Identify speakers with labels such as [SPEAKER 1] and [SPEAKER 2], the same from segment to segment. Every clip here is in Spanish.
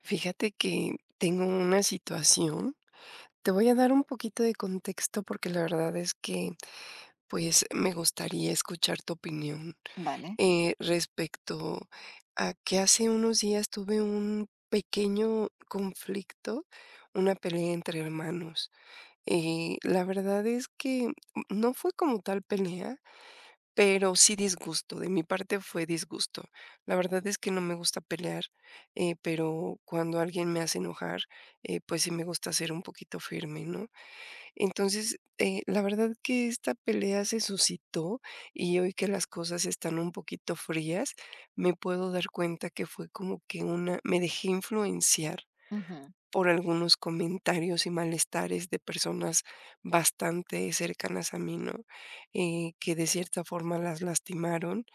[SPEAKER 1] Fíjate que tengo una situación. Te voy a dar un poquito de contexto porque la verdad es que, pues, me gustaría escuchar tu opinión,
[SPEAKER 2] Vale.
[SPEAKER 1] respecto a que hace unos días tuve un pequeño conflicto, una pelea entre hermanos. La verdad es que no fue como tal pelea, pero sí disgusto, de mi parte fue disgusto. La verdad es que no me gusta pelear, pero cuando alguien me hace enojar, pues sí me gusta ser un poquito firme, ¿no? Entonces, la verdad que esta pelea se suscitó y hoy que las cosas están un poquito frías, me puedo dar cuenta que fue como que una me dejé influenciar
[SPEAKER 2] Ujú,
[SPEAKER 1] por algunos comentarios y malestares de personas bastante cercanas a mí, ¿no? Que de cierta forma las lastimaron,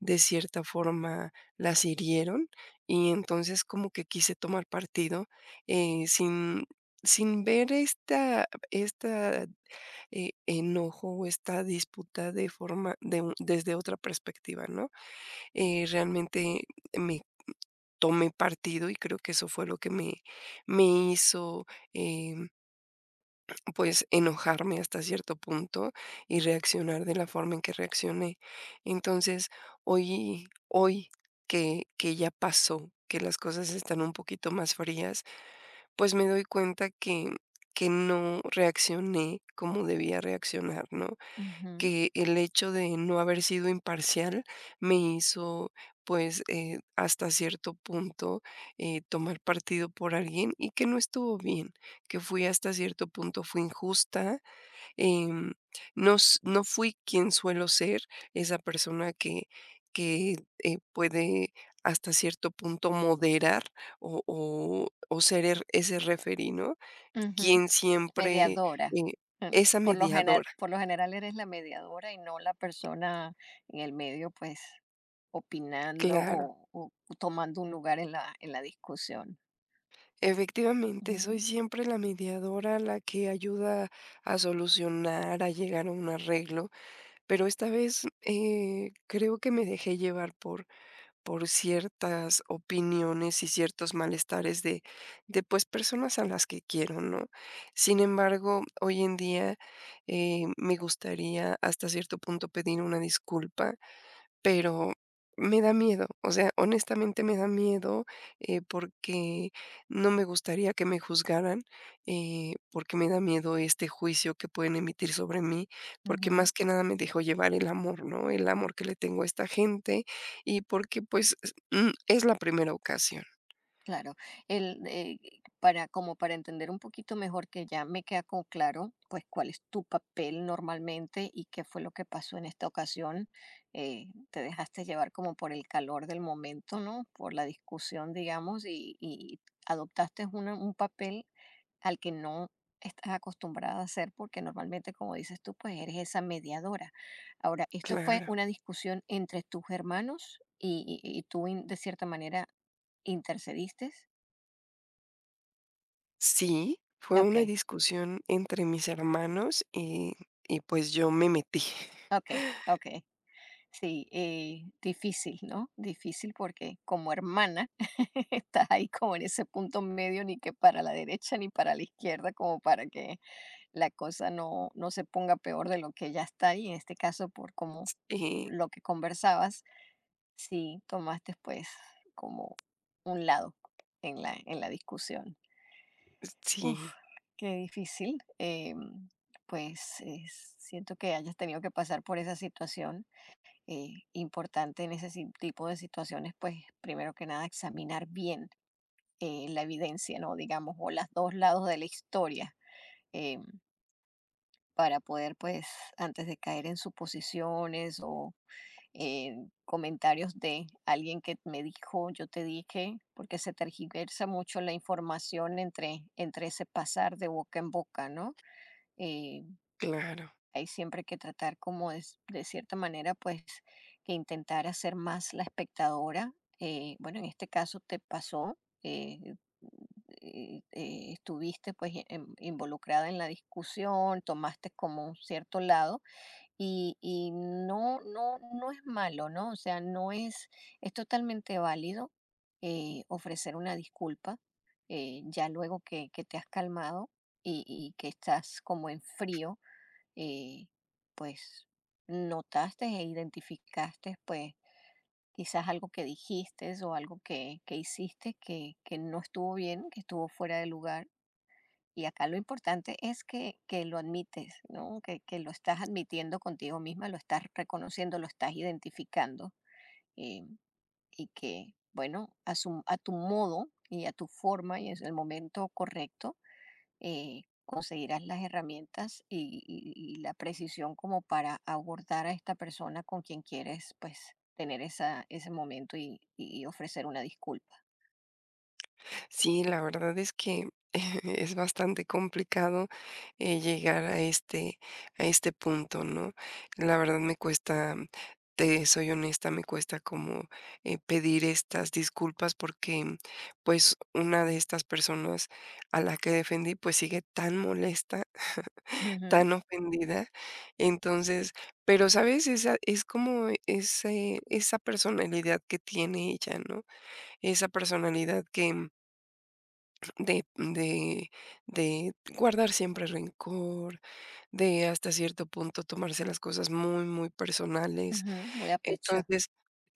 [SPEAKER 1] de cierta forma las hirieron, y entonces como que quise tomar partido sin, sin ver esta, esta enojo o esta disputa de forma, desde otra perspectiva, ¿no? Realmente me tomé partido y creo que eso fue lo que me hizo em, pues enojarme hasta cierto punto y reaccionar de la forma en que reaccioné. Entonces, hoy que ya pasó, que las cosas están un poquito más frías, pues me doy cuenta que no reaccioné como debía reaccionar, ¿no?
[SPEAKER 2] ujú,
[SPEAKER 1] Que el hecho de no haber sido imparcial me hizo, pues, hasta cierto punto, tomar partido por alguien y que no estuvo bien, que fui hasta cierto punto, fui injusta, em, no fui quien suelo ser, esa persona que, puede hasta cierto punto moderar o ser er ese referee, ¿no?
[SPEAKER 2] ujú.
[SPEAKER 1] Quien siempre,
[SPEAKER 2] Mediadora.
[SPEAKER 1] eh esa
[SPEAKER 2] Por lo general,
[SPEAKER 1] mediadora,
[SPEAKER 2] eres la mediadora y no la persona en el medio, pues, opinando
[SPEAKER 1] claro.
[SPEAKER 2] o tomando un lugar en la discusión.
[SPEAKER 1] Efectivamente, soy
[SPEAKER 2] Ujú,
[SPEAKER 1] siempre la mediadora, la que ayuda a solucionar, a llegar a un arreglo, pero esta vez creo que me dejé llevar por ciertas opiniones y ciertos malestares de pues personas a las que quiero, ¿no? Sin embargo, hoy en día me gustaría hasta cierto punto pedir una disculpa pero me da miedo, o sea, honestamente me da miedo, porque no me gustaría que me juzgaran, porque me da miedo este juicio que pueden emitir sobre mí, porque
[SPEAKER 2] ujú.
[SPEAKER 1] más que nada me dejó llevar el amor, ¿no? El amor que le tengo a esta gente y porque, pues, es es la primera ocasión.
[SPEAKER 2] Claro, el, eh, para, como para entender un poquito mejor que ya me queda como claro, pues cuál es tu papel normalmente y qué fue lo que pasó en esta ocasión. eh, Te dejaste llevar como por el calor del momento, ¿no? Por la discusión, digamos, y adoptaste un papel al que no estás acostumbrada a hacer, porque normalmente, como dices tú, pues eres esa mediadora. Ahora, esto fue
[SPEAKER 1] Claro.
[SPEAKER 2] una discusión entre tus hermanos y tú, de cierta manera, intercediste.
[SPEAKER 1] Sí, fue
[SPEAKER 2] Ok,
[SPEAKER 1] una discusión entre mis hermanos y pues yo me metí.
[SPEAKER 2] ok, ok. Sí, difícil, ¿no? Difícil porque como hermana estás ahí como en ese punto medio, ni que para la derecha ni para la izquierda, como para que la cosa no se ponga peor de lo que ya está y en este caso por como
[SPEAKER 1] Y
[SPEAKER 2] lo que conversabas, si tomaste pues como un lado en la discusión. Uf,
[SPEAKER 1] sí,
[SPEAKER 2] qué difícil. Pues siento que hayas tenido que pasar por esa situación. Importante en ese tipo de situaciones, pues primero que nada examinar bien la evidencia, ¿no? Digamos, o los dos lados de la historia. eh, para poder, pues, antes de caer en suposiciones o en comentarios de alguien que me dijo, yo te dije, porque se tergiversa mucho la información entre ese pasar de boca en boca, ¿no? Eh,
[SPEAKER 1] claro.
[SPEAKER 2] hay siempre que tratar como de cierta manera, pues, que intentar hacer más la espectadora. Bueno, en este caso te pasó, estuviste pues involucrada en la discusión, tomaste como un cierto lado y no es malo, ¿no? O sea, no es, es totalmente válido ofrecer una disculpa ya luego que te has calmado y que estás como en frío, eh, pues notaste e identificaste pues quizás algo que dijiste o algo que hiciste que no estuvo bien, que estuvo fuera de lugar y acá lo importante es que lo admites, ¿no? Que lo estás admitiendo contigo misma, lo estás reconociendo, lo estás identificando eh, y que, bueno, a tu modo y a tu forma y en el momento correcto, conseguirás las herramientas y la precisión como para abordar a esta persona con quien quieres, pues, tener esa, ese momento y ofrecer una disculpa.
[SPEAKER 1] Sí, la verdad es que es bastante complicado, llegar a este punto, ¿no? La verdad me cuesta, te soy honesta, me cuesta como, pedir estas disculpas porque, pues, una de estas personas a la que defendí, pues, sigue tan molesta.
[SPEAKER 2] Ujú,
[SPEAKER 1] Tan ofendida. Entonces, pero, ¿sabes? Esa es como ese esa personalidad que tiene ella, ¿no? Esa personalidad que, de de guardar siempre rencor, de hasta cierto punto tomarse las cosas muy, muy personales.
[SPEAKER 2] ujú, voy a pecho,
[SPEAKER 1] Entonces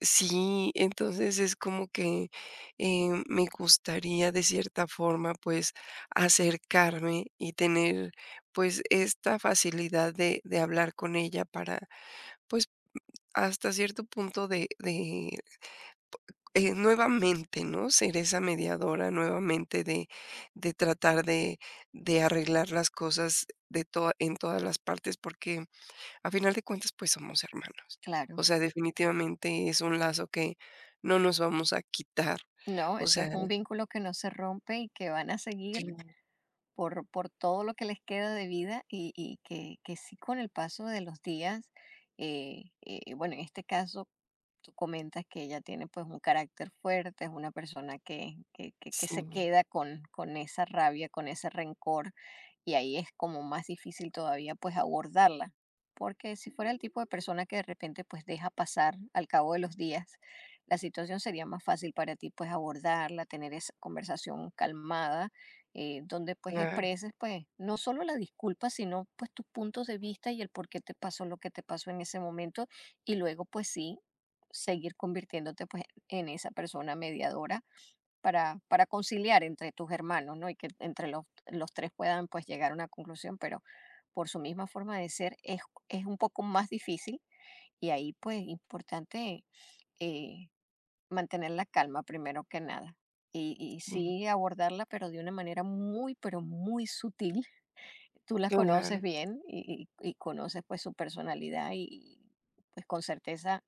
[SPEAKER 1] sí, entonces es como que, me gustaría de cierta forma, pues, acercarme y tener, pues, esta facilidad de hablar con ella para, pues, hasta cierto punto de, nuevamente, ¿no?, ser esa mediadora nuevamente de tratar de arreglar las cosas de toda en todas las partes, porque a final de cuentas, pues somos hermanos. O
[SPEAKER 2] claro.
[SPEAKER 1] sea, definitivamente es un lazo que no nos vamos a quitar.
[SPEAKER 2] No,
[SPEAKER 1] O
[SPEAKER 2] eso es
[SPEAKER 1] sea,
[SPEAKER 2] un vínculo que no se rompe y que van a seguir
[SPEAKER 1] claro,
[SPEAKER 2] por todo lo que les queda de vida y que sí con el paso de los días, bueno, en este caso tú comentas que ella tiene pues un carácter fuerte, es una persona que
[SPEAKER 1] sí,
[SPEAKER 2] se queda con esa rabia, con ese rencor, y ahí es como más difícil todavía pues abordarla, porque si fuera el tipo de persona que de repente pues deja pasar al cabo de los días, la situación sería más fácil para ti pues abordarla, tener esa conversación calmada, donde pues
[SPEAKER 1] claro,
[SPEAKER 2] expreses pues no solo la disculpa, sino pues tus puntos de vista y el por qué te pasó lo que te pasó en ese momento y luego, pues sí, seguir convirtiéndote pues en esa persona mediadora para conciliar entre tus hermanos, ¿no? Y que entre los tres puedan pues llegar a una conclusión, pero por su misma forma de ser es un poco más difícil y ahí pues importante eh, mantener la calma primero que nada. Y
[SPEAKER 1] mm,
[SPEAKER 2] sí abordarla, pero de una manera muy, pero muy sutil. Tú la
[SPEAKER 1] claro.
[SPEAKER 2] conoces bien y conoces pues su personalidad y, pues con certeza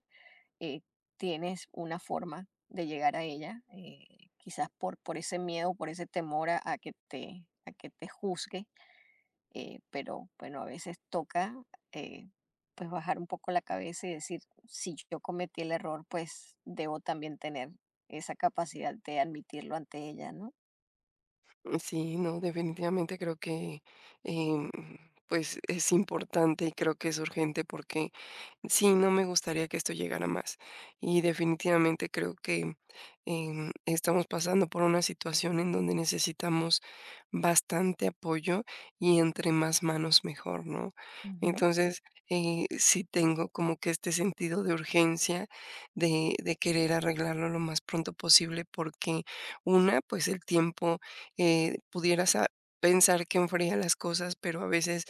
[SPEAKER 2] eh, tienes una forma de llegar a ella, quizás por ese miedo, por ese temor a que te juzgue, pero bueno, a veces toca eh, pues bajar un poco la cabeza y decir, si yo cometí el error, pues debo también tener esa capacidad de admitirlo ante ella, ¿no?
[SPEAKER 1] Mm, sí, no, definitivamente creo que, em, pues es importante y creo que es urgente porque sí, no me gustaría que esto llegara más. Y definitivamente creo que estamos pasando por una situación en donde necesitamos bastante apoyo y entre más manos mejor, ¿no?
[SPEAKER 2] Ujú.
[SPEAKER 1] Entonces, sí tengo como que este sentido de urgencia de querer arreglarlo lo más pronto posible porque una, pues el tiempo eh, pudiera sa- pensar que enfría las cosas, pero a veces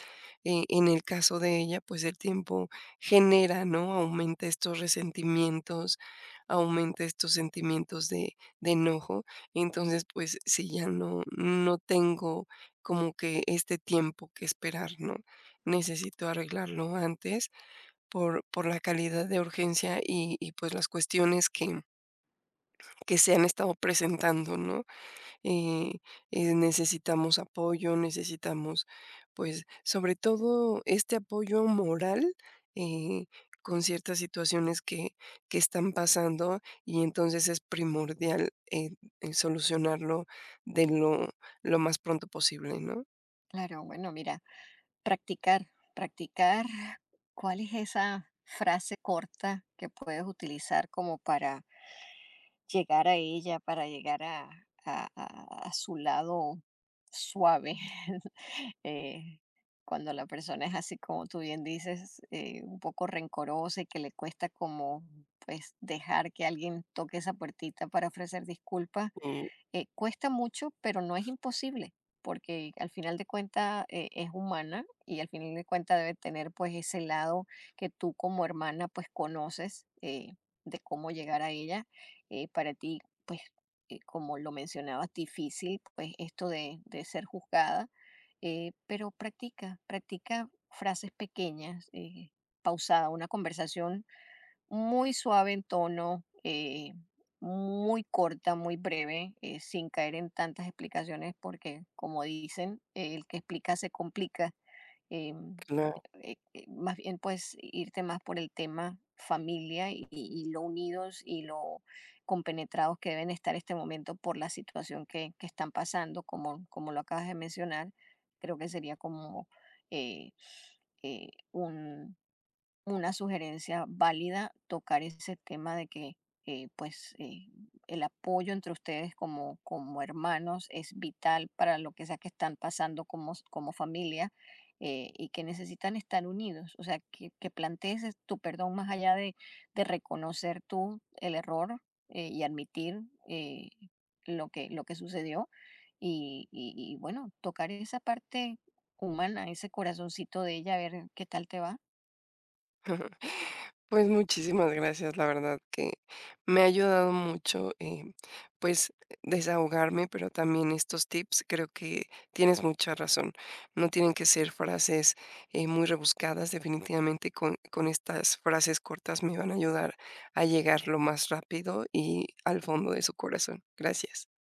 [SPEAKER 1] en el caso de ella, pues el tiempo genera, ¿no? Aumenta estos resentimientos, aumenta estos sentimientos de enojo. Entonces, pues si ya no, no tengo como que este tiempo que esperar, ¿no? Necesito arreglarlo antes por la calidad de urgencia y, pues las cuestiones que se han estado presentando, ¿no? eh, Necesitamos apoyo, necesitamos, pues, sobre todo este apoyo moral eh, con ciertas situaciones que están pasando y entonces es primordial solucionarlo de lo más pronto posible, ¿no?
[SPEAKER 2] Claro, bueno, mira, practicar, practicar. ¿Cuál es esa frase corta que puedes utilizar como para llegar a ella, para llegar a su lado suave? Eh, cuando la persona es así, como tú bien dices, un poco rencorosa y que le cuesta como pues dejar que alguien toque esa puertita para ofrecer disculpas
[SPEAKER 1] Sí,
[SPEAKER 2] cuesta mucho, pero no es imposible, porque al final de cuentas es humana y al final de cuentas debe tener pues ese lado que tú como hermana pues conoces de cómo llegar a ella. Para ti pues como lo mencionabas, difícil pues esto de ser juzgada, pero practica, practica frases pequeñas. Pausada, una conversación muy suave en tono, muy corta, muy breve, sin caer en tantas explicaciones, porque como dicen, el que explica se complica. em,
[SPEAKER 1] claro.
[SPEAKER 2] Más bien, pues irte más por el tema familia y lo unidos y lo compenetrados que deben estar este momento por la situación que están pasando, como lo acabas de mencionar, creo que sería como eh, eh, una sugerencia válida tocar ese tema de que pues el apoyo entre ustedes como, como hermanos es vital para lo que sea que están pasando como, como familia y que necesitan estar unidos. O sea, que plantees tu perdón más allá de reconocer tú el error y admitir eh, lo lo que sucedió. Y, y bueno, tocar esa parte humana, ese corazoncito de ella, a ver qué tal te va.
[SPEAKER 1] Pues muchísimas gracias, la verdad que me ha ayudado mucho, pues desahogarme, pero también estos tips, creo que tienes mucha razón. No tienen que ser frases muy rebuscadas, definitivamente con estas frases cortas me van a ayudar a llegar lo más rápido y al fondo de su corazón. Gracias.